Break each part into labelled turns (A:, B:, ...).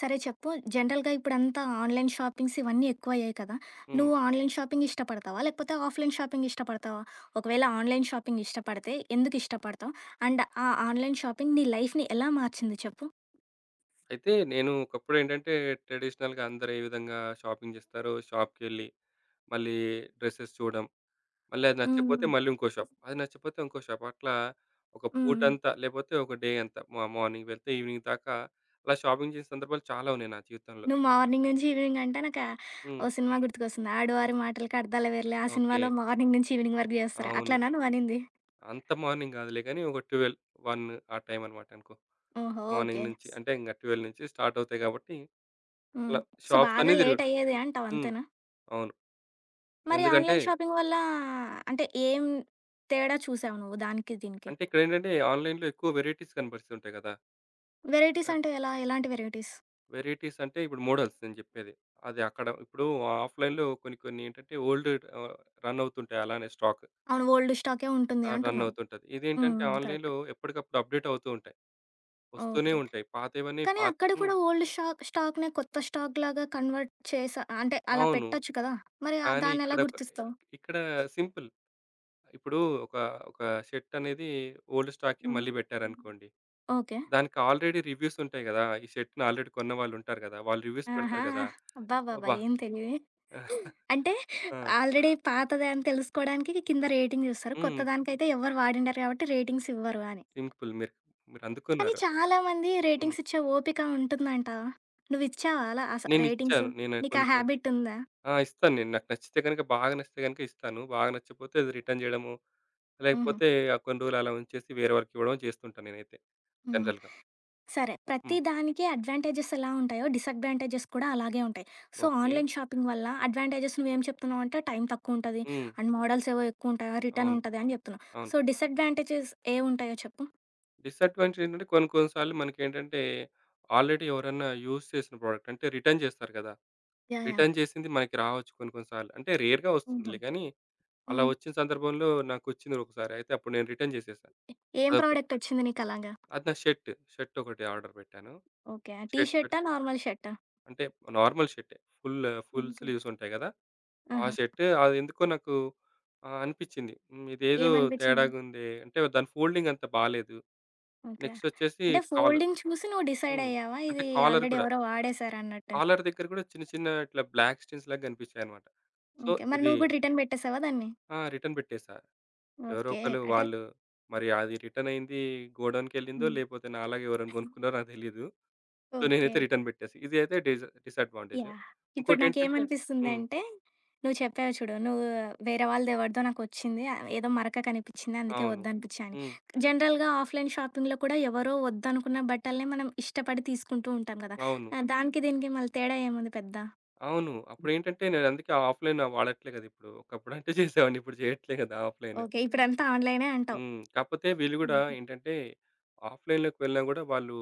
A: సరే చెప్పు. జనరల్‌గా ఇప్పుడంతా ఆన్‌లైన్ షాపింగ్స్ ఇవన్నీ ఎక్కువయ్యాయి కదా!
B: హ్మ్.
A: నువ్వు ఆన్‌లైన్ షాపింగ్ ఇష్టపడతావా? లేకపోతే ఆఫ్‌లైన్ షాపింగ్ ఇష్టపడతావా? ఒకవేళ ఆన్‌లైన్ షాపింగ్ ఇష్టపడితే ఎందుకు ఇష్టపడతావు? అండ్ ఆ ఆన్‌లైన్ షాపింగ్ నీ లైఫ్‌ని ఎలా మార్చింది చెప్పు?
B: అయితే నేను ఒకప్పుడేంటంటే ట్రెడిషనల్‌గా అందరూ ఏ విధంగా షాపింగ్ చేస్తారో షాప్‌కెళ్ళి మళ్ళీ డ్రెసెస్ చూడడం. మళ్ళీ అది నచ్చకపోతే
A: హ్మ్.
B: మళ్ళీ ఇంకో షాప్. అది నచ్చకపోతే ఇంకో షాప్. అట్లా ఒక
A: హ్మ్.
B: పూటంతా లేకపోతే ఒక డే అంతా మా మార్నింగ్ వెళ్తే ఈవినింగ్ దాకా అలా షాపింగ్ చేసిన సందర్భాలు చాలా ఉన్నాయి నా జీవితంలో.
A: నువ్వు మార్నింగ్ నుంచి ఈవినింగ్ అంటే నాకు
B: హ్మ్.
A: ఓ సినిమా గుర్తుకొస్తుంది. 'ఆడువారి మాటలకు అద్దాల వేరులే.' ఆ
B: ఓకే.
A: సినిమాలో మార్నింగ్ నుంచి ఈవినింగ్ వరకు చేస్తారు.
B: అవును.
A: అట్లనా నువ్వనింది?
B: అంత మార్నింగ్ కాదులే గానీ ఒక 12, 1 ఆ టైం అనమాట అనుకో.
A: ఓహో!
B: Morning
A: okay.
B: నుంచి అంటే ఇంక 12 నుంచి స్టార్ట్ అవుతాయి కాబట్టి
A: హ్మ్.
B: అలా
A: సో,
B: షాప్స్
A: బాగా
B: అన్నీ
A: లేట్
B: తిరుగుడు.
A: అయ్యేది అంటావు
B: హ్మ్.
A: అంతేనా?
B: అవును.
A: మరి
B: ఎందుకంటే
A: ఆన్‌లైన్ షాపింగ్ వల్ల అంటే ఏం తేడా చూసావు నువ్వు దానికి, దీనికి?
B: అంటే ఇక్కడేంటంటే ఆన్‌లైన్‌లో ఎక్కువ వెరైటీస్ కనబరుస్తుంటాయి కదా!
A: వెరైటీస్
B: ఆహ్,
A: అంటే ఎలా? ఎలాంటి వెరైటీస్?
B: వెరైటీస్ అంటే ఇప్పుడు మోడల్స్ నేను చెప్పేది. అది అక్కడ ఇప్పుడు ఆఫ్‌లైన్‌లో కొన్ని కొన్ని ఏంటంటే ఓల్డ్ ఆహ్, రన్ అవుతుంటాయి అలానే స్టాక్.
A: అవును. ఓల్డ్ స్టాకే ఉంటుంది
B: ఆ! రన్
A: అంటున్నావు.
B: అవుతుంటది.
A: హ్మ్.
B: ఇదేంటంటే
A: హ్మ్. కరెక్ట్.
B: ఆన్‌లైన్‌లో ఎప్పటికప్పుడు అప్‌డేట్ అవుతూ ఉంటాయి. వస్తూనే
A: ఓకే.
B: ఉంటాయి. పాతవన్నీ
A: కానీ
B: పాత
A: అక్కడ
B: హ్మ్.
A: కూడా ఓల్డ్ షాక్ స్టాక్‌నే కొత్త స్టాక్‌లాగా కన్వర్ట్ చేసా అంటే అలా
B: అవును.
A: పెట్టొచ్చు కదా! మరి
B: కానీ
A: దాన్నెలా
B: ఇక్కడ ఒక
A: గుర్తిస్తావు?
B: ఇక్కడ సింపుల్. ఇప్పుడు ఒక ఒక షర్ట్ అనేది ఓల్డ్ స్టాక్‌కి
A: హ్మ్.
B: మళ్ళీ పెట్టారనుకోండి.
A: ఓకే.
B: దానికి ఆల్రెడీ రివ్యూస్ ఉంటాయి కదా! ఈ షర్ట్‌ని ఆల్రెడీ కొన్నవాళ్ళుంటారు కదా! వాళ్ళు రివ్యూస్
A: ఆహా!
B: పెడతారు కదా!
A: అబ్బబ్బబ్బా!
B: అబ్బా!
A: ఏం తెలివి. అంటే
B: ఆ!
A: ఆల్రెడీ పాతదే అని తెలుసుకోవడానికి కింద రేటింగ్ చూస్తారు.
B: హ్మ్.
A: కొత్తదానికైతే ఎవరు వాడిండరు కాబట్టి రేటింగ్స్ ఇవ్వరు అని.
B: సింపుల్.
A: కానీ
B: మీరందుకున్నారు.
A: చాలామంది
B: హ్మ్.
A: రేటింగ్స్ ఇచ్చే ఓపిక ఉంటుందంటావా? నువ్విచ్చావా అలా అస రేటింగ్స్?
B: నేనిచ్చాను. నేను
A: నీకా
B: కొన్ని కొన్ని
A: హ్యాబిట్ ఉందా?
B: ఆ! ఇస్తాను నేను. నాకు నచ్చితే గనుక బాగా నచ్చితే గనుక ఇస్తాను. బాగా నచ్చకపోతే అది రిటర్న్ జేయడము,
A: హుహు.
B: లేకపోతే ఆ కొన్ని రోజులు అలా ఉంచేసి వేరే వాళ్ళకివ్వడం చేస్తుంటాను నేనైతే
A: హ్మ్.
B: జనరల్‌గా.
A: సరే. ప్రతి
B: హ్మ్.
A: దానికి అడ్వాంటేజెస్ ఎలా ఉంటాయో, డిసడ్వాంటేజెస్ కూడా అలాగే ఉంటాయి. So,
B: okay.
A: ఆన్‌లైన్ షాపింగ్ వల్ల అడ్వాంటేజెస్ నువ్వేం చెప్తున్నావంటే టైం తక్కువుంటది,
B: హ్మ్.
A: అండ్ మోడల్స్ ఏవో ఎక్కువుంటాయి, రిటర్న్
B: అవును.
A: ఉంటది అని చెప్తున్నావు.
B: అవును.
A: సో, డిసడ్వాంటేజెస్ ఏవుంటాయో చెప్పు?
B: డిసడ్వాంటేజ్ ఏంటంటే కొన్ని కొన్ని సార్లు మనకేంటంటే ఆల్రెడీ ఎవరన్నా యూజ్ చేసిన ప్రొడక్ట్ అంటే రిటర్న్ జేస్తారు గదా!
A: యాహ్! యాహ్!
B: రిటర్న్ జేసింది మనకి రావచ్చు కొన్ని కొన్ని సార్లు. అంటే రేర్‌గా
A: హుహు.
B: వస్తుందిలే గానీ అలా
A: హ్మ్.
B: వచ్చిన సందర్భంలో నాకొచ్చింది ఒకసారి. అయితే అప్పుడు నేను రిటర్న్ చేసేసా.
A: ఏం
B: అదొకటి.
A: ప్రోడక్టొచ్చింది నీకలాగా?
B: అది నా షర్ట్. షర్ట్ ఒకటి ఆర్డర్ పెట్టాను.
A: ఓకే. టీ
B: షర్ట్ పెట్
A: షర్టా? నార్మల్ షర్టా?
B: అంటే నార్మల్ షర్టే. Full full
A: okay.
B: స్లీవ్స్ ఉంటాయి కదా! ఆ
A: ఆహా!
B: షర్ట్ అదెందుకో నాకు అనిపిచ్చింది. హ్మ్. ఇదేదో
A: ఏమనిపిచ్చింది?
B: తేడాగుందే. అంటే దాని ఫోల్డింగ్ అంత బాలేదు.
A: ఓకే.
B: నెక్స్ట్ వచ్చేసి
A: అంటే
B: కాలర్.
A: ఫోల్డింగ్ చూసి నువ్వు
B: హ్మ్.
A: డిసైడయ్యావా?
B: అంటే
A: ఇది
B: కాలర్
A: ఆల్రెడీ
B: కూడా.
A: ఎవరో వాడేసారన్నట్టు.
B: కాలర్ దగ్గర కూడా చిన్న చిన్న ఇట్లా బ్లాక్ స్టిన్స్ లాగా కనిపించాయన్నమాట. So,
A: okay. మరి
B: ఇది
A: నువ్వు కూడా రిటర్న్ పెట్టేసావా దాన్ని?
B: ఆ! రిటర్న్ పెట్టేసా. ఎవరో
A: ఓకే.
B: ఒకళ్ళు
A: అంటే
B: వాళ్ళు మరి అది రిటర్న్ అయింది గోడౌన్‌కెళ్ళిందో,
A: హ్మ్.
B: లేపోతే నాలాగా ఎవరైనా కొనుక్కున్నారో నాకు తెలీదు. So,
A: okay.
B: నేనైతే రిటర్న్ పెట్టేసా. ఇది అయితే డిసడ్వాంటేజ్.
A: యాహ్! ఇప్పుడు
B: ఇంకోటేంటంటే హ్మ్.
A: నాకేమనిపిస్తుందంటే, నువ్వు చెప్పావు చూడు. నువ్వు వేరే వాళ్ళది ఎవరిదో నాకొచ్చింది. ఏదో మరక కనిపిచ్చింది. అందుకే
B: అవును.
A: వద్దనిపిచ్చాయి అని.
B: హ్మ్.
A: జనరల్‌గా ఆఫ్‌లైన్ షాపింగ్‌లో కూడా ఎవరో వద్దనుకున్న బట్టల్ని మనం ఇష్టపడి తీసుకుంటూ ఉంటాం కదా!
B: అవును.
A: దానికి దీనికి మళ్ళీ తేడా ఏముంది పెద్ద?
B: అవును. అప్పుడేంటంటే, నేనందుకే ఆఫ్‌లైన్ వాడట్లే కదా! ఇప్పుడు. ఒకప్పుడంటే చేసేవాడిని. ఇప్పుడు చేయట్లే కదా! ఆఫ్‌లైన్.
A: ఓకే. ఇప్పుడంతా ఆన్‌లైనే అంటావు.
B: హ్మ్. కాకపోతే వీళ్ళు గూడా
A: హుహు.
B: ఏంటంటే, ఆఫ్‌లైన్‌లోకి వెళ్ళినా గూడా వాళ్ళు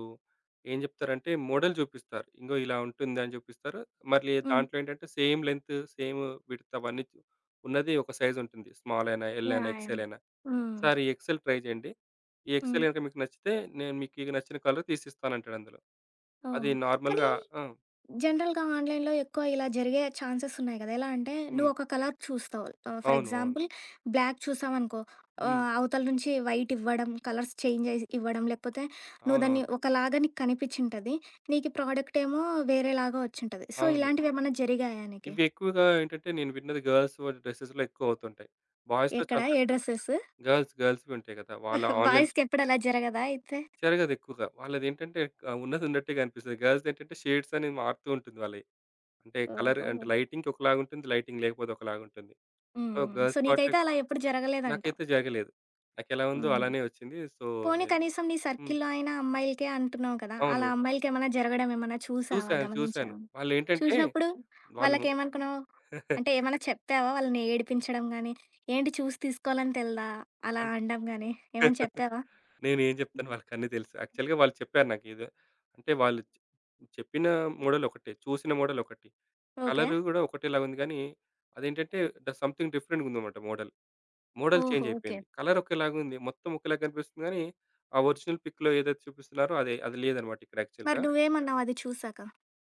B: ఏం జెప్తారంటే, మోడల్ జూపిస్తారు. ఇంగో ఇలా ఉంటుందని జూపిస్తారు. మళ్ళీ
A: హ్మ్.
B: దాంట్లో ఏంటంటే, సేమ్ లెంత్, సేమ్ విడ్త్ అవన్నీ ఉన్నది ఒక సైజ్ ఉంటుంది. స్మాల్ అయినా, ఎల్ అయినా,
A: యాహ్! యాహ్!
B: ఎక్స్‌ఎల్ అయినా.
A: హ్మ్.
B: "సార్ ఈ ఎక్స్‌ఎల్ ట్రై జేయండి. ఈ
A: హ్మ్.
B: ఎక్స్‌ఎల్ గనుక మీకు నచ్చితే, నేను మీకు ఈ నచ్చిన కలర్ తీసిస్తానంటాడు" అందులో. అది
A: ఓహో! కానీ
B: నార్మల్‌గా ఆ!
A: జనరల్‌గా ఆన్‌లైన్‌లో ఎక్కువ ఇలా జరిగే ఛాన్సెస్ ఉన్నాయి కదా! ఎలా అంటే నువ్వు
B: హ్మ్.
A: ఒక కలర్ చూస్తావు. ఫర్
B: అవును. అవును.
A: ఎగ్జాంపుల్ బ్లాక్ చూసావనుకో
B: హ్మ్.
A: అవతల నుంచి వైట్ ఇవ్వడం, కలర్స్ చేంజ్ చేసి ఇవ్వడం, లేకపోతే నువ్వు దాన్ని
B: అవునవును.
A: ఒకలాగా నీకు కనిపించింటది. నీకు ప్రోడక్ట్ ఏమో వేరేలాగా వచ్చుంటది. సో,
B: అవును.
A: ఇలాంటివి ఏమన్నా జరిగాయా నీకి?
B: ఇవి ఎక్కువగా ఏంటంటే నేను విన్నది గర్ల్స్ డ్రెసెస్‌లో ఎక్కువ అవుతుంటాయి. బాయ్స్‌లో
A: ఎక్కడ?
B: చాలా
A: ఏ
B: తక్కువ.
A: డ్రెసెస్?
B: గర్ల్స్‌వి ఉంటాయి కదా! వాళ్ళ ఆన్‌లైన్
A: బాయ్స్‌కి ఎప్పుడు అలా జరగదా అయితే?
B: జరగదు ఎక్కువగా. వాళ్ళదేంటంటే ఉన్నది ఉన్నట్టే కనిపిస్తది. గర్ల్స్‌ది ఏంటంటే షేడ్స్ అనేవి మారుతూ ఉంటుంది వాళ్ళయి. అంటే కలర్
A: ఓహో!
B: అంటే లైటింగ్‌కి ఒకలాగా ఉంటుంది. లైటింగ్ లేకపోతే ఒకలాగా ఉంటుంది. సో,
A: హ్మ్. సో,
B: గర్ల్స్ వాటిలో
A: నీకైతే
B: ఎక్కువ.
A: అలా ఎప్పుడు జరగలేదంటావు.
B: నాకైతే జరగలేదు. నాకెలా ఉందో
A: హ్మ్.
B: అలానే వచ్చింది. సో,
A: పోనీ
B: నేను
A: కనీసం నీ
B: హ్మ్.
A: సర్కిల్‌లో అయినా అమ్మాయిలకే అంటున్నావు కదా! అలా
B: అవును.
A: అమ్మాయిలకేమన్నా జరగడం ఏమన్నా చూసావా?
B: చూసాను. చూసాను.
A: గమనించావా?
B: వాళ్ళేంటంటే
A: చూసినప్పుడు
B: వాళ్ళు
A: వాళ్ళకేమనుకున్నావు? అంటే ఏమన్నా చెప్పావా? వాళ్ళని ఏడిపించడం గానీ, ఏంటి చూసి తీసుకోవాలని తెలదా? అలా
B: అన్
A: అనడం గానీ ఏమన్నా చెప్పావా?
B: నేనేం జెప్తాను వాళ్ళకన్నీ తెలుసు. యాక్చువల్‌గా వాళ్ళు చెప్పారు నాకిదే. అంటే వాళ్ళు చెప్పిన మోడల్ ఒకటే. చూసిన మోడల్ ఒకటి.
A: ఓకే.
B: కలరు గూడా ఒకటేలాగా ఉంది గానీ, అదేంటంటే ద సంథింగ్ డిఫరెంట్‌గుందన్నమాట మోడల్. మోడల్
A: ఓహో!
B: Change
A: okay.
B: అయిపోయింది. కలర్ ఒకేలాగుంది. మొత్తం ఒకేలాగా కనిపిస్తుంది గానీ, ఆ ఒరిజినల్ పిక్‌లో ఏదైతే చూపిస్తున్నారో అదే అది లేదన్నమాట ఇక్కడ
A: మరి
B: యాక్చువల్‌గా.
A: నువ్వేమన్నావు అది చూసాక?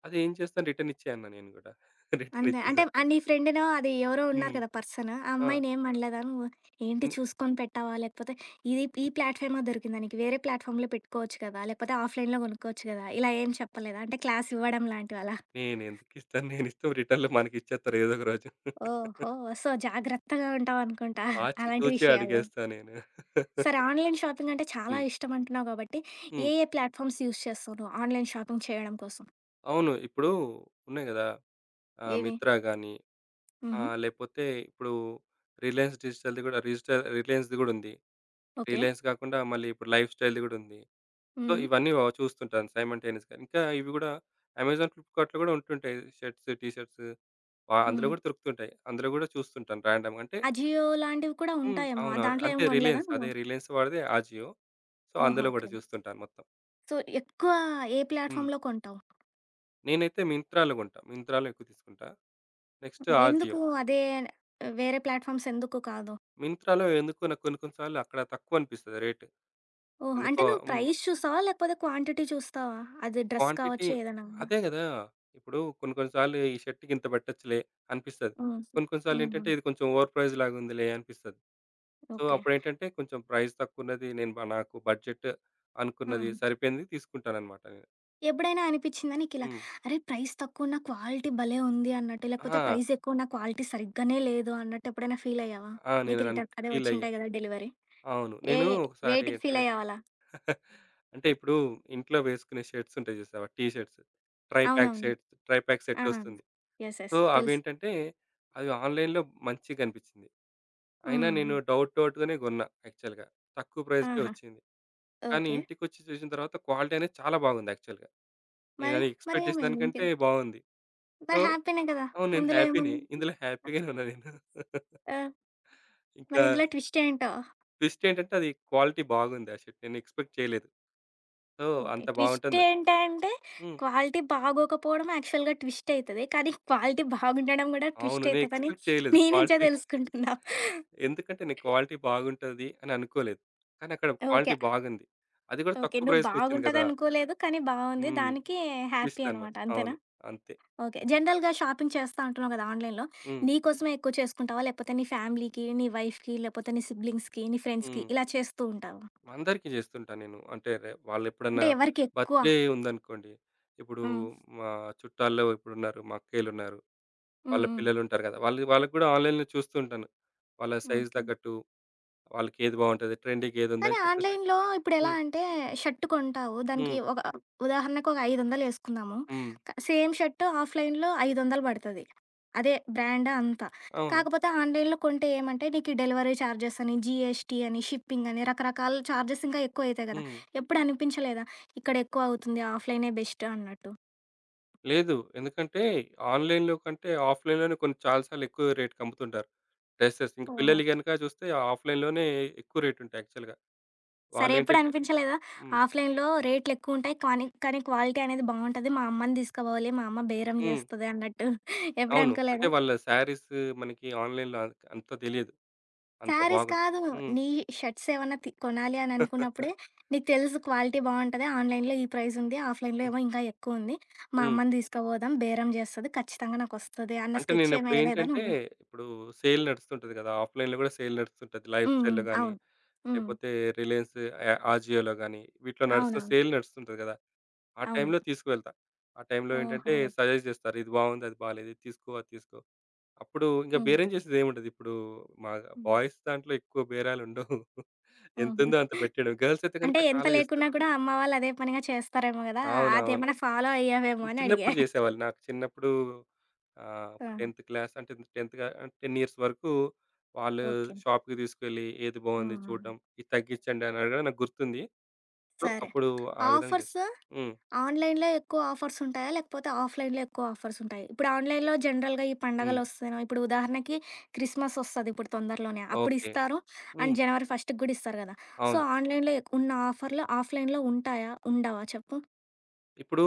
B: అదేం చేస్తాను రిటర్న్ ఇచ్చేయన్నా నేను గూడా. రిటర్న్
A: అంతే. అంటే
B: ఇచ్చేసా.
A: నీ ఫ్రెండ్‌నో అది ఎవరో ఉన్నారు
B: హ్మ్.
A: కదా! పర్సన్. ఆ
B: ఆ!
A: అమ్మాయినేం అనలేదా నువ్వు? ఏంటి
B: హ్మ్.
A: చూసుకొని పెట్టావా? లేకపోతే ఇది ఈ
B: హ్మ్.
A: ప్లాట్‌ఫార్మ్‌లో దొరికిందా నీకు? వేరే ప్లాట్‌ఫార్మ్‌లో పెట్టుకోవచ్చు కదా! లేకపోతే ఆఫ్‌లైన్‌లో కొనుక్కోవచ్చు కదా! ఇలా ఏం చెప్పలేదా? అంటే క్లాస్ ఇవ్వడం లాంటివలా?
B: నేనెందుకిస్తాను? నేనిస్తే రిటర్న్‌లో మనకిచ్చేత్తారు ఏదో ఒక రోజు.
A: ఓహో! సో, జాగ్రత్తగా ఉంటావనుకుంటా
B: ఆచి
A: అలాంటి
B: తూచి
A: విషయాల్లో.
B: అడిగేస్తా నేను.
A: సరే ఆన్‌లైన్ షాపింగ్ అంటే చాలా
B: హ్మ్.
A: ఇష్టం అంటున్నావు కాబట్టి,
B: హ్మ్.
A: ఏ ఏ ప్లాట్‌ఫార్మ్స్ యూజ్ చేస్తావు నువ్వు ఆన్‌లైన్ షాపింగ్ చేయడం కోసం?
B: అవును. ఇప్పుడు ఉన్నాయి గదా!
A: ఏవి?
B: 'మిత్రా' గాని
A: హుహు.
B: లేపోతే ఇప్పుడు 'రిలయన్స్ డిజిటల్‌ది' గూడా రిజిటల్ 'రిలయన్స్‌ది' గూడుంది.
A: ఓకే.
B: 'రిలయన్స్' గాకుండా మళ్ళీ ఇప్పుడు 'లైఫ్ స్టైల్‌ది' గూడుంది. సో,
A: హ్మ్.
B: ఇవన్నీ చూస్తుంటాను సైమల్టేనియస్‌గా. ఇంకా ఇవి గూడా 'అమెజాన్ ఫ్లిప్‌కార్ట్‌లో' గూడా ఉంటుంటాయి. షర్ట్స్, టీ షర్ట్స్ అందులో
A: హుహు.
B: గూడా దొరుకుతుంటాయి. అందులో గూడా చూస్తుంటాను ర్యాండమ్‌గా. అంటే
A: అజియో లాంటివి కూడా
B: హ్మ్.
A: ఉంటాయేమో.
B: అవునవును.
A: దాంట్లో
B: అంటే
A: ఏమి కొనలేదా
B: 'రిలయన్స్' అదే
A: నువ్వు?
B: 'రిలయన్స్' వాడిదే 'అజియో.' సో,
A: ఓహో!
B: అందులో
A: ఓకే.
B: గూడా చూస్తుంటాను మొత్తం.
A: సో, ఎక్కువ ఏ
B: హ్మ్.
A: ప్లాట్‌ఫామ్‌లో కొంటావు?
B: నేనైతే 'మింత్రా'లో కొంటా. 'మింత్రా'లో ఎక్కువ తీసుకుంటా. నెక్స్ట్
A: ఎందుకు
B: 'అజియో.'
A: అదే వేరే ప్లాట్‌ఫామ్స్ ఎందుకు కాదు?
B: మింత్రాలో ఎందుకో నాకు కొన్ని కొన్ని సార్లు అక్కడ తక్కువనిపిస్తది రేట్.
A: ఓహ్! అంటే
B: ఎందుకో
A: నువ్వు
B: హ్మ్.
A: ప్రైస్ చూస్తావా? లేకపోతే క్వాంటిటీ చూస్తావా? అది డ్రెస్
B: క్వాంటిటీ
A: కావచ్చు ఏదైనా గాని.
B: అదే గదా! ఇప్పుడు కొన్ని కొన్ని సార్లు ఈ షర్ట్‌కి ఇంత పెట్టొచ్చులే అనిపిస్తది.
A: హ్మ్.
B: కొన్ని కొన్ని
A: హ్మ్.
B: సార్లేంటంటే
A: హ్మ్.
B: ఇది కొంచెం ఓవర్ ప్రైస్ లాగుందిలే అనిపిస్తది. So,
A: okay.
B: అప్పుడేంటంటే కొంచెం ప్రైస్ తక్కువున్నది నేను నాకు బడ్జెట్ అనుకున్నది
A: ఆహా!
B: సరిపోయింది తీసుకుంటాననమాట నేను.
A: ఎప్పుడైనా అనిపిచ్చిందా నీకిలా,
B: హ్మ్.
A: అరే! ప్రైస్ తక్కువున్న క్వాలిటీ భలే ఉంది అన్నట్టు, లేకపోతే
B: ఆ!
A: ప్రైస్ ఎక్కువున్న క్వాలిటీ సరిగ్గానే లేదు అన్నట్టు ఎప్పుడైనా ఫీల్ అయ్యావా?
B: ఆ!
A: నీకు రిటర్న్ అదే
B: ఫీలయ్యా.
A: వచ్చింటాయి గదా! డెలివరీ.
B: అవును.
A: ఏ
B: నేను ఒకసారి
A: వేటికి
B: అంటే,
A: ఫీల్ అయ్యావలా?
B: అంటే ఇప్పుడు ఇంట్లో వేసుకునే షర్ట్స్ ఉంటాయి జూసావా? T shirts. ట్రై ప్యాక్
A: అవునవును.
B: షర్ట్స్, ట్రై ప్యాక్
A: ఆ!
B: సెట్టొస్తుంది.
A: యెస్.
B: So,
A: yes. తెలుసు.
B: అవేంటంటే అవి ఆన్‌లైన్‌లో మంచిగా కనిపించింది. అయినా
A: హ్మ్.
B: నేను డౌట్‌గానే గొన్నా యాక్చువల్‌గా. తక్కువ ప్రైస్‌కే
A: ఆహా!
B: వచ్చింది. కానీ
A: ఓకే.
B: ఇంటికొచ్చి చూసిన తర్వాత క్వాలిటీ అనేది చాలా బాగుంది యాక్చువల్‌గా.
A: మరి?
B: నేనది ఎక్స్‌పెక్ట్ చేసిన
A: మరేమైంది ఇంక?
B: దానికంటే బాగుంది. సో,
A: మరి హ్యాపీనే కదా!
B: అవును. నేను
A: ఇందులో
B: హ్యాపీనే.
A: ఏముంది?
B: ఇందులో హ్యాపీగానే ఉన్నా నేను.
A: ఆ! మరి
B: ఇంకా
A: ఇందులో ట్విస్ట్ ఏంటో?
B: ట్విస్ట్ ఏంటంటే అది క్వాలిటీ బాగుంది ఆ షర్ట్. నేను ఎక్స్‌పెక్ట్ చేయలేదు. So,
A: okay.
B: అంత
A: ట్విస్ట్
B: బాగుంటుంది
A: ఏంటంటే
B: హ్మ్.
A: క్వాలిటీ బాగోకపోవడం యాక్చువల్‌గా ట్విస్ట్ అయితది. కానీ క్వాలిటీ బాగుండడం గూడా
B: అవును.
A: ట్విస్ట్
B: నేను
A: అయితదని
B: ఎక్స్‌పెక్ట్ చేయలేదు
A: నీ నుంచే
B: క్వాలిటీ.
A: తెలుసుకుంటున్నా.
B: ఎందుకంటే నేను క్వాలిటీ బాగుంటది అని అనుకోలేదు. కానీ అక్కడ
A: ఓకే.
B: క్వాలిటీ బాగుంది. అది కూడా
A: ఓకే.
B: తక్కువ
A: నువ్వు
B: ప్రైస్‌కొచ్చింది కదా!
A: బాగుంటదనుకోలేదు. కానీ బావుంది.
B: హ్మ్.
A: దానికి హ్యాపీ
B: ట్విస్ట్ అన్నమాట.
A: అనమాట. అంతేనా?
B: అవును. అంతే.
A: ఓకే. జనరల్‌గా షాపింగ్ చేస్తా అంటున్నావు కదా! ఆన్‌లైన్‌లో.
B: హ్మ్.
A: నీ కోసమే ఎక్కువ చేసుకుంటావా? లేకపోతే నీ ఫ్యామిలీకి, నీ వైఫ్‌కి, లేకపోతే నీ సిబ్లింగ్స్‌కి, నీ ఫ్రెండ్స్‌కి
B: హ్మ్.
A: ఇలా చేస్తూ ఉంటావా?
B: అందరికీ చేస్తుంటా నేను. అంటే వాళ్ళెప్పుడన్నా
A: అంటే ఎవరికెక్కువ?
B: బర్త్‌డే ఉందనుకోండి. ఇప్పుడు
A: హ్మ్.
B: మా చుట్టాల్లో ఇప్పుడున్నారు. మా అక్కయ్యలున్నారు.
A: హ్మ్.
B: వాళ్ళ
A: హ్మ్.
B: పిల్లలుంటారు కదా! వాళ్ళు వాళ్ళకి కూడా ఆన్‌లైన్‌లో చూస్తూ ఉంటాను. వాళ్ళ సైజ్
A: ఓకే.
B: తగ్గట్టు వాళ్ళకేది బావుంటది, ట్రెండింగ్
A: కానీ
B: ఏదుందని చెప్పేసి.
A: ఆన్‌లైన్‌లో ఇప్పుడెలా
B: హ్మ్.
A: అంటే షర్ట్ కొంటావు. దానికి
B: హ్మ్.
A: ఒక ఉదాహరణకు ఒక 500 యేసుకుందాము.
B: హ్మ్.
A: సేమ్ షర్ట్ ఆఫ్‌లైన్‌లో 500 పడతది. అదే బ్రాండ్ అంతా.
B: అవును.
A: కాకపోతే ఆన్‌లైన్‌లో కొంటే ఏమంటే నీకు డెలివరీ చార్జెస్ అని, జీఎస్టీ అని, షిప్పింగ్ అని రకరకాల చార్జెస్ ఇంకా ఎక్కువయితాయి గదా!
B: హ్మ్.
A: ఎప్పుడు అనిపించలేదా? ఇక్కడ ఎక్కువ అవుతుంది ఆఫ్‌లైనే బెస్ట్ అన్నట్టు?
B: లేదు. ఎందుకంటే ఆన్‌లైన్‌లో కంటే ఆఫ్‌లైన్‌లోనే కొన్ని చాలా సార్లు ఎక్కువ రేట్‌కి అమ్ముతుంటారు డ్రెసెస్. ఇంక పిల్లలియి గనుక చూస్తే ఆఫ్‌లైన్‌లోనే ఎక్కువ రేటుంటాయి యాక్చువల్‌గా.
A: సరే ఎప్పుడు
B: వాళ్ళేంటంటే
A: అనిపించలేదా?
B: హ్మ్.
A: ఆఫ్‌లైన్‌లో రేట్‌లెక్కువుంటాయి. కానీ క్వాలిటీ అనేది బావుంటది. మా అమ్మని తీసుకుపోవాలి. మా అమ్మ బేరం
B: హ్మ్.
A: జేస్తది అన్నట్టు ఎప్పుడు
B: అవును. అంటే
A: అనుకోలేదా?
B: వాళ్ళ శారీస్ మనకి ఆన్‌లైన్‌లో అంత తెలియదు. అంత
A: శారీస్
B: బాగుం
A: కాదు.
B: హ్మ్.
A: నీ షర్ట్స్ ఏమన్నా కొనాలి అని అనుకున్నప్పుడే నీకు తెలుసు క్వాలిటీ బావుంటది. ఆన్‌లైన్‌లో ఈ ప్రైజ్ ఉంది. ఆఫ్‌లైన్‌లో
B: హ్మ్.
A: ఏమో ఇంకా ఎక్కువుంది. మా
B: హ్మ్.
A: అమ్మని తీసుకుపోదాం. బేరం జేస్తది. ఖచ్చితంగా నాకొస్తది అన్న
B: అంటే
A: స్కెచ్ ఏమి ఎయలేదా
B: నేనప్పుడేంటంటే
A: నువ్వు?
B: ఇప్పుడు సేల్ నడుస్తుంటది కదా! ఆఫ్‌లైన్‌లో కూడా సేల్ నడుస్తుంటది. లైఫ్
A: హ్మ్.
B: స్టైల్‌లో గాని,
A: అవును. హ్మ్.
B: లేకపోతే రిలయన్స్ ఆ అజియోలో గాని వీటిలో నడుస్తూ
A: అవునవును.
B: సేల్ నడుస్తుంటది కదా! ఆ
A: అవును.
B: టైంలో తీసుకువెళ్తా. ఆ టైంలో
A: ఓహో!
B: ఏంటంటే
A: ఓకే.
B: సజెస్ట్ చేస్తారు. ఇది బాగుంది, అది బాలేదు. ఇది తీసుకో, అది తీసుకో. అప్పుడు ఇంక
A: హ్మ్.
B: బేరం చేసేదేముండదు. ఇప్పుడు మా
A: హ్మ్.
B: బాయ్స్ దాంట్లో ఎక్కువ బేరాలుండవు.
A: హుహు.
B: ఎంతుందో అంత పెట్టేయడం. గర్ల్స్ అయితే
A: అంటే
B: గనుక
A: ఎంత
B: చాలా చేస్తారు.
A: లేకున్నా కూడా అమ్మ వాళ్ళు అదే పనిగా చేస్తారేమో గదా!
B: అవునవును.
A: అదేమైనా ఫాలో అయ్యావేమో అని అడిగా.
B: చిన్నప్పుడు చేసేవాళ్ళు. నాకు చిన్నప్పుడు ఒక
A: ఆహా!
B: 10థ్ క్లాస్ అంటే 10థ్ కా 10 ఇయర్స్ వరకు వాళ్ళు
A: ఓకే.
B: షాప్‌కి తీసుకెళ్ళి ఏది బాగుంది
A: హ్మ్. హ్మ్.
B: చూడడం. ఇది తగ్గించండి అని అడగడం నాకు గుర్తుంది. సో,
A: సరే.
B: అప్పుడు ఆ విధంగా చేశా.
A: ఆఫర్స్
B: హ్మ్.
A: ఆన్‌లైన్‌లో ఎక్కువ ఆఫర్స్ ఉంటాయా? లేకపోతే ఆఫ్‌లైన్‌లో ఎక్కువ ఆఫర్స్ ఉంటాయి? ఇప్పుడు ఆన్‌లైన్‌లో జనరల్‌గా ఈ
B: హ్మ్.
A: పండగలొస్తేనో ఇప్పుడు ఉదాహరణకి క్రిస్మస్ ఒస్తది ఇప్పుడు తొందరలోనే.
B: ఓకే.
A: అప్పుడిస్తారు అండ్
B: హ్మ్.
A: జనవరి ఫస్ట్‌కి గూడా ఇస్తారు గదా! సో,
B: అవును.
A: ఆన్‌లైన్‌లో ఉన్న ఆఫర్‌లు ఆఫ్‌లైన్‌లో ఉంటాయా? ఉండవా చెప్పు?
B: ఇప్పుడు,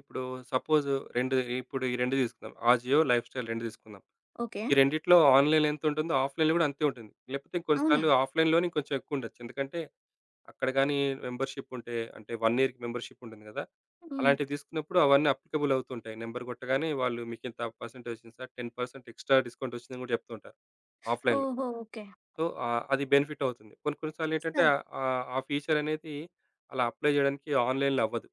B: ఇప్పుడు సపోజ్ 2 ఈ 2 తీసుకుందాం. ఆజియో, లైఫ్‌స్టైల్ 2 తీసుకుందాం.
A: ఓకే.
B: ఈ రెండిట్లో ఆన్‌లైన్‌లో ఎంతుంటుందో ఆఫ్‌లైన్‌లో కూడా అంతే ఉంటుంది. లేకపోతే కొన్ని
A: అవునా?
B: సార్లు ఆఫ్‌లైన్‌లోనే కొంచెం ఎక్కువుండొచ్చు. ఎందుకంటే అక్కడ గాని మెంబర్‌షిప్ ఉంటే అంటే 1 ఇయర్‌కి మెంబర్‌షిప్ ఉంటుంది గదా!
A: హ్మ్.
B: అలాంటివి తీసుకున్నప్పుడు అవన్నీ అప్లికబుల్ అవుతుంటాయి. నంబర్ కొట్టగానే వాళ్ళు మీకింత పర్సెంటేజ్ వచ్చింది సార్ 10% ఎక్స్‌ట్రా డిస్కౌంట్ వచ్చిందని గూడా చెప్తూ ఉంటారు ఆఫ్‌లైన్‌లో.
A: ఓహో! ఓకే.
B: సో, అది బెనిఫిట్ అవుతుంది. కొన్ని కొన్ని సార్లు ఏంటంటే
A: స
B: ఆ ఫీచర్ అనేది అలా అప్లై జేయడానికి ఆన్‌లైన్‌లో అవ్వదు.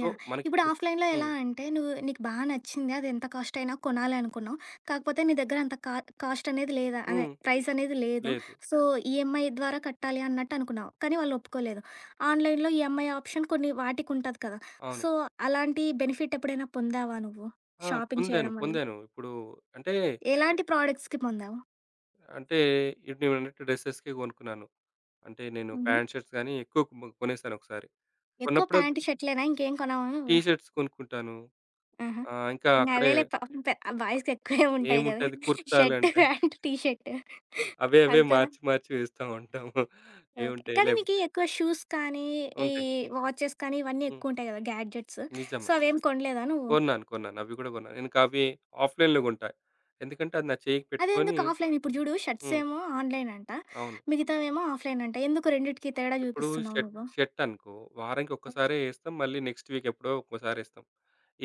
B: సో,
A: ఇప్పుడు
B: మనకిప్పుడు
A: ఆఫ్‌లైన్‌లో ఎలా
B: హ్మ్.
A: అంటే నువ్వు నీకు నచ్చింది. అది ఎంత కాస్ట్ అయినా కొనాలి అనుకున్నావు. కాకపోతే నీ దగ్గర అంత కాస్ట్ అనేది లేదా అదే
B: హ్మ్.
A: ప్రైస్ అనేది లేదు.
B: లేదు.
A: సో, ఈఎంఐ ద్వారా కట్టాలి అన్నట్టు అనుకున్నావు. కానీ వాళ్ళు ఒప్పుకోలేదు. ఆన్‌లైన్‌లో ఈఎంఐ ఆప్షన్ కొన్ని వాటికుంటది కదా!
B: అవును.
A: సో, అలాంటి బెనిఫిట్ ఎప్పుడైనా పొందావా నువ్వు?
B: ఆ!
A: షాపింగ్
B: పొందాను.
A: చేయడం వల్ల?
B: పొందాను. ఇప్పుడు అంటే,
A: ఎలాంటి ప్రొడక్ట్స్‌కి పొందావు?
B: అంటే ఇప్పుడు నేనన్నట్టు డ్రెసెస్‌కే గొనుక్కున్నాను. అంటే నేను
A: హుహు.
B: ప్యాంట్, షర్ట్స్ గాని ఎక్కువ కొనేసానొకసారి.
A: ఎక్కువ
B: కొన్నప్పుడు
A: ప్యాంట్, షర్ట్‌లేనా ఇంకేం కొనవా
B: టీ
A: నువ్వు?
B: షర్ట్స్ కొనుక్కుంటాను.
A: ఆహా!
B: ఇంకా
A: ఇంగ
B: అక్కడే
A: అవేలే పాపం బాయ్స్‌కెక్కువే ఉంటాయి గదా!
B: ఏముంటది
A: షర్ట్,
B: కుర్తాలంటే
A: ప్యాంట్, టీ షర్ట్
B: అవే అవే
A: అంతేనా?
B: మార్చి మార్చి వేస్తా ఉంటాము.
A: ఓకే.
B: ఏవుంటాయి
A: కానీ
B: లేవు
A: మీకీ ఎక్కువ షూస్ కానీ, ఈ
B: ఉంటాయి.
A: వాచెస్ కానీ ఇవన్నీ
B: హ్మ్.
A: ఎక్కువుంటాయి గదా! గ్యాడ్జెట్స్. సో,
B: నిజమే.
A: అవేం కొనలేదా నువ్వు?
B: కొన్నాను. కొన్నాను. అవి కూడా కొన్నాను. ఇంక అవి ఆఫ్‌లైన్‌లో కొంటా. ఎందుకంటే అది నా చేయికి పెట్టుకొని
A: అదెందుకు ఆఫ్‌లైన్? ఇప్పుడు జూడు
B: హ్మ్.
A: షర్ట్సేమో ఆన్‌లైన్ అంట.
B: అవును.
A: మిగతావేమో ఆఫ్‌లైన్ అంట. ఎందుకు రెండిటికి తేడా
B: ఇప్పుడు
A: జూపిస్తున్నావు
B: షర్ట్
A: నువ్వు?
B: షర్ట్ అనుకో వారానికి
A: హ్మ్.
B: ఒక్కసారే ఏస్తాం. మళ్ళీ నెక్స్ట్ వీక్ ఎప్పుడో ఒక్కోసారి ఏస్తాం.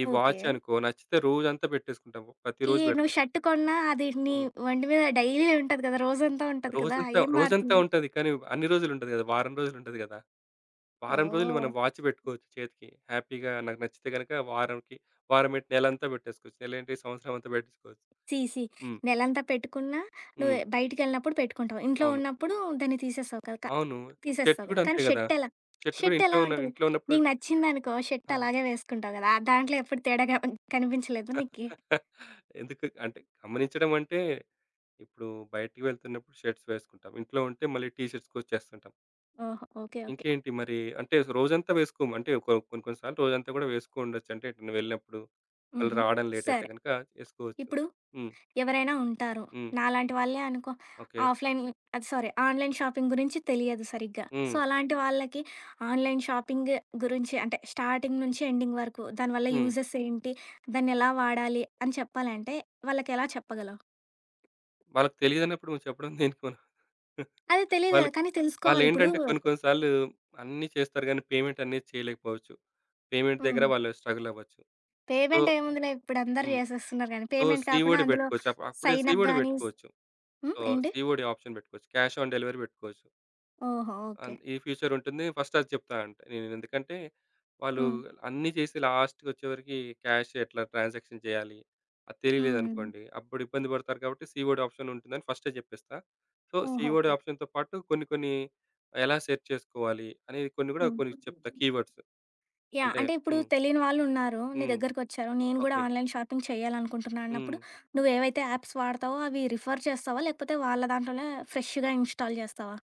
B: ఈ
A: ఓకే.
B: వాచ్ అనుకో నచ్చితే రోజంతా పెట్టేసుకుంటాం.
A: ఈ
B: ప్రతిరోజు
A: నువ్వు
B: పెడతాం.
A: షర్ట్ కొన్నా అది నీ
B: హ్మ్.
A: ఒంటి మీద డైలీ ఉంటది కదా! రోజంతా ఉంటది కదా!
B: రోజంతా
A: ఏం
B: రోజంతా
A: మారుతుంది?
B: ఉంటది. కానీ అన్ని రోజులు ఉండదు కదా! వారం రోజులు ఉంటది కదా! వారం రోజులు
A: ఓహ్!
B: మనం వాచ్ పెట్టుకోవచ్చు చేతికి. హ్యాపీగా నాకు నచ్చితే గనక వారంకి వారం ఏంటి నెలంతా పెట్టేసుకోవచ్చు. నెలేంటి సంవత్సరం అంతా పెట్టేసుకోవచ్చు.
A: ఛీ! ఛీ!
B: హ్మ్.
A: నెలంతా పెట్టుకున్నా నువ్వు
B: హ్మ్.
A: బయటికెళ్ళినప్పుడు పెట్టుకుంటావు. ఇంట్లో
B: అవును.
A: ఉన్నప్పుడు దాన్ని తీసేస్తావు కదా! క
B: అవును. షర్ట్
A: తీసేస్తావు కదా!
B: గూడా అంతే
A: కానీ
B: గదా!
A: షర్టెలా?
B: షర్ట్ గూడా
A: షర్టెలా ఉంటది?
B: ఇంట్లో ఉన్నప్పుడు
A: నీకు నచ్చిందనుకో షర్ట్
B: ఆ!
A: అలాగే వేసుకుంటావు కదా! ఆ దాంట్లో ఎప్పుడు తేడా కనిపించలేదు నీకి?
B: ఎందుకు అంటే గమనించడం అంటే, ఇప్పుడు బయటికి వెళ్తున్నప్పుడు షర్ట్స్ వేసుకుంటాం. ఇంట్లో ఉంటే మళ్ళీ టీ షర్ట్స్‌కొచ్చేస్తుంటాం.
A: ఓహో! ఓకే. ఓకే.
B: ఇంకేంటి మరి అంటే రోజంతా వేసుకోము. అంటే కొన్ని కొన్ని సార్లు రోజంతా గూడా వేసుకోండొచ్చు. అంటే ఎటైనా వెళ్ళినప్పుడు మళ్ళీ
A: హుహు.
B: రావడం లేట్ అయితే
A: సరే.
B: గనక వేసుకోవచ్చు.
A: ఇప్పుడు
B: హ్మ్.
A: ఎవరైనా ఉంటారు.
B: హ్మ్.
A: నాలాంటి వాళ్ళే అనుకో
B: ఓకే.
A: ఆఫ్‌లైన్ అది సారీ ఆన్‌లైన్ షాపింగ్ గురించి తెలియదు సరిగ్గా. సో,
B: హ్మ్.
A: అలాంటి వాళ్ళకి ఆన్‌లైన్ షాపింగ్ గురించి అంటే స్టార్టింగ్ నుంచి ఎండింగ్ వరకు దానివల్ల
B: హ్మ్.
A: యూజెస్ ఏంటి? దాన్ని ఎలా వాడాలి? అని చెప్పాలంటే వాళ్ళకెలా చెప్పగలవు?
B: వాళ్ళకి తెలీదన్నప్పుడు మనం చెప్పడం దేనికి మనం.
A: అది తెలీదు కదా!
B: వాళ్ళకి
A: కానీ తెలుసుకోవాలి. ఇప్పుడు
B: వాళ్ళేంటంటే కొన్ని కొన్ని సార్లు అన్నీ చేస్తారు గానీ పేమెంట్ అనేది చేయలేకపోవచ్చు. పేమెంట్ దగ్గర
A: హ్మ్.
B: వాళ్ళు స్ట్రగుల్ అవ్వచ్చు. సో
A: పేమెంట్ ఏముందిలే ఇప్పుడు అందరూ
B: హ్మ్.
A: చేసేస్తున్నారు గానీ,
B: సో
A: పేమెంట్ కాకుండా
B: సీఓడీ
A: అందులో
B: పెట్టుకోవచ్చు. అప్పుడే
A: సైన్ అప్
B: సీఓడీ
A: గాని
B: పెట్టుకోవచ్చు.
A: హ్మ్.
B: సో,
A: ఏంటి?
B: సీఓడీ ఆప్షన్ పెట్టుకోవచ్చు. క్యాష్ ఆన్ డెలివరీ పెట్టుకోవచ్చు.
A: ఓహో! ఓకే.
B: ఈ ఫ్యూచర్ ఉంటుంది. ఫస్ట్ అది చెప్తా అంట. నేను ఎందుకంటే వాళ్ళు
A: హ్మ్.
B: అన్నీ చేసి లాస్ట్‌కి వచ్చేవరికి క్యాష్ ఎట్లా ట్రాన్సాక్షన్ చేయాలి, అది
A: హ్మ్.
B: తెలియలేదనుకోండి. అప్పుడు ఇబ్బంది పడతారు కాబట్టి సీఓడీ ఆప్షన్ ఉంటుందని ఫస్టే చెప్పేస్తా. సో,
A: ఓహో!
B: COD
A: okay.
B: ఆప్షన్‌తో పాటు కొన్ని కొన్ని ఎలా సెర్చ్ చేసుకోవాలి అనేది కొన్ని కూడా
A: హ్మ్.
B: కొన్ని చెప్తా కీవర్డ్స్.
A: యాహ్!
B: అంటే
A: అంటే ఇప్పుడు
B: హ్మ్.
A: తెలియని వాళ్ళున్నారు. నీ
B: హ్మ్.
A: దగ్గరకొచ్చారు. నేను గూడా
B: ఓకే.
A: ఆన్‌లైన్ షాపింగ్ చేయాలనుకుంటున్నా
B: హ్మ్.
A: అన్నప్పుడు, నువ్వేవైతే యాప్స్ వాడతావో అవి రిఫర్ చేస్తావా? లేకపోతే వాళ్ళ దాంట్లోనే ఫ్రెష్‌గా ఇన్‌స్టాల్ జేస్తావా?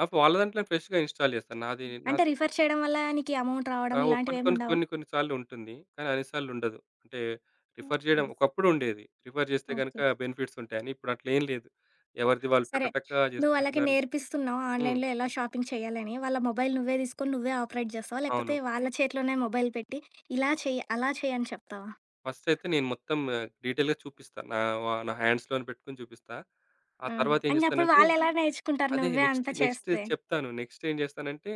B: ఆ! వాళ్ళ దాంట్లోనే ఫ్రెష్‌గా ఇన్‌స్టాల్ చేస్తాను. నాది
A: అంటే
B: నాది
A: రిఫర్ చేయడం వల్ల నీకీ అమౌంట్
B: ఆ!
A: రావడం
B: ఓ
A: ఇలాంటివేముండవా?
B: కొన్ని కొన్ని సార్లు ఉంటుంది. కానీ అన్ని సార్లు ఉండదు. అంటే రిఫర్ చేయడం
A: ఆహా!
B: ఒకప్పుడు ఉండేది. రిఫర్ చేస్తే గనుక
A: ఓకే.
B: బెనిఫిట్స్ ఉంటాయని. ఇప్పుడు అట్లా ఏం లేదు. ఎవరిది వాళ్ళు టక
A: సరే.
B: టక
A: నువ్వు వాళ్ళకి
B: చేసుకుంటున్నారు.
A: నేర్పిస్తున్నావు
B: హ్మ్.
A: ఆన్‌లైన్‌లో ఎలా షాపింగ్ చేయాలని. వాళ్ళ మొబైల్ నువ్వే తీసుకొని నువ్వే ఆపరేట్ జేస్తావా?
B: అవును.
A: లేకపోతే వాళ్ళ చేతిలోనే మొబైల్ పెట్టి, ఇలా చెయ్యి, అలా చెయ్యి అని చెప్తావా?
B: ఫస్ట్ అయితే నేను మొత్తం డీటెయిల్‌గా చూపిస్తా. నా హ్యాండ్స్‌లోని పెట్టుకొని చూపిస్తా. ఆ
A: ఆహా!
B: తర్వాత ఏం
A: ఇంగప్పుడు
B: చేస్తానంటే
A: వాళ్ళెలా నేర్చుకుంటారు
B: అదే
A: నువ్వే
B: నెక్స్ట్
A: అంతా
B: నెక్స్ట్
A: చేస్తే?
B: చెప్తాను. నెక్స్ట్ ఏం చేస్తానంటే,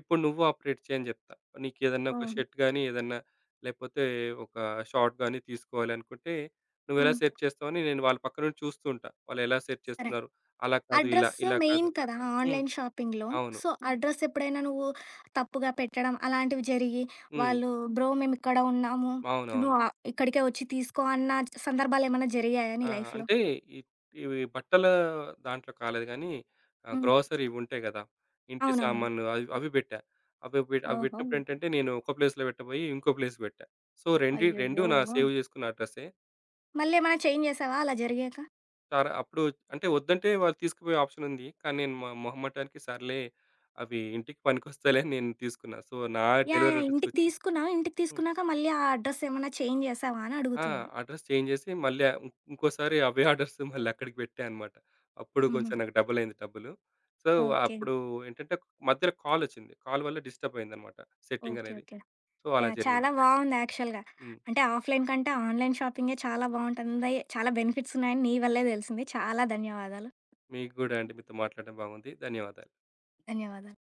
B: ఇప్పుడు నువ్వు ఆపరేట్ చెయ్ అని చెప్తా. నీకేదన్నా ఒక
A: హ్మ్.
B: షర్ట్ గాని, ఏదన్నా లేకపోతే ఒక షార్ట్ గాని తీసుకోవాలనుకుంటే, నువ్వెలా
A: హ్మ్.
B: సెర్చ్ చేస్తావని నేను వాళ్ళ పక్క నుండి చూస్తూ ఉంటా. వాళ్ళెలా సెర్చ్
A: సరే.
B: చేస్తున్నారు. అలా కాదు, ఇలా,
A: అడ్రస్
B: ఇలా
A: మెయిన్
B: కాదు.
A: కదా
B: హ్మ్.
A: ఆన్‌లైన్ షాపింగ్‌లో.
B: అవును.
A: సో, అడ్రస్ ఎప్పుడైనా నువ్వు తప్పుగా పెట్టడం అలాంటివి జరిగి,
B: హ్మ్.
A: వాళ్ళు బ్రో మేమిక్కడ ఉన్నాము.
B: అవునవును.
A: నువ్వు ఇక్కడికే వచ్చి తీసుకో అన్న సందర్భాలేమన్నా జరిగాయా నీ
B: ఆ!
A: లైఫ్‌లో?
B: అంటే ఇ ఇవి బట్టల దాంట్లో కాలేదు గానీ,
A: హ్మ్.
B: గ్రోసరీ ఇవుంటాయి గదా! ఇంటి
A: అవునవును.
B: సామాన్లు అవి అవి బెట్టా. అవి
A: ఓహో!
B: బెట్టినప్పుడేంటంటే, నేను ఒక ప్లేస్‌లో బెట్టబోయి, ఇంకో ప్లేస్‌కి బెట్టా. సో, రెండు
A: అయ్యయ్యో!
B: నా సేవ్ జేసుకున్న అడ్రస్సే.
A: మళ్ళేమన్నా చేంజ్ చేసావా అలా జరిగాక?
B: సార్ అప్పుడు అంటే వద్దంటే వాళ్ళు తీసుకుపోయే ఆప్షన్ ఉంది. కానీ నేను మొహమాటానికి సర్లే అవి ఇంటికి పనికొస్తాయిలే అని నేను తీసుకున్నా. సో, నా
A: యాహ్!
B: Delivery
A: yeah! ఇంటికి
B: అడ్రస్‌కొచ్చింది.
A: తీసుకున్నావు. ఇంటికి
B: హ్మ్.
A: తీసుకున్నాక మళ్ళీ ఆ అడ్రస్ ఏమన్నా చేంజ్ చేసావా అని
B: ఆ!
A: అడుగుతున్నా.
B: అడ్రెస్ చేంజ్ చేసి మళ్ళీ ఇంకోసారి అవే ఆర్డర్స్ మళ్ళీ అక్కడికి పెట్టా అన్నమాట. అప్పుడు
A: హుహు.
B: కొంచెం నాకు డబలయింది డబ్బులు. So,
A: okay.
B: అప్పుడు ఏంటంటే మధ్యలో కాలొచ్చింది. కాల్ వల్ల డిస్టర్బ్ అయిందన్నమాట
A: ఓకే.
B: సెట్టింగనేది.
A: ఓకే.
B: సో, అలా
A: యాహ్!
B: జరిగింది.
A: చాలా బావుంది యాక్చువల్‌గా.
B: హ్మ్.
A: అంటే ఆఫ్‌లైన్ కంటే ఆన్‌లైన్ షాపింగే చాలా బావుంటుంది. చాలా బెనిఫిట్స్ ఉన్నాయని నీ వల్లే తెలిసింది. చాలా ధన్యవాదాలు.
B: మీకు గూడా అండి మీతో మాట్లాడడం బాగుంది. ధన్యవాదాలు.
A: ధన్యవాదాలు.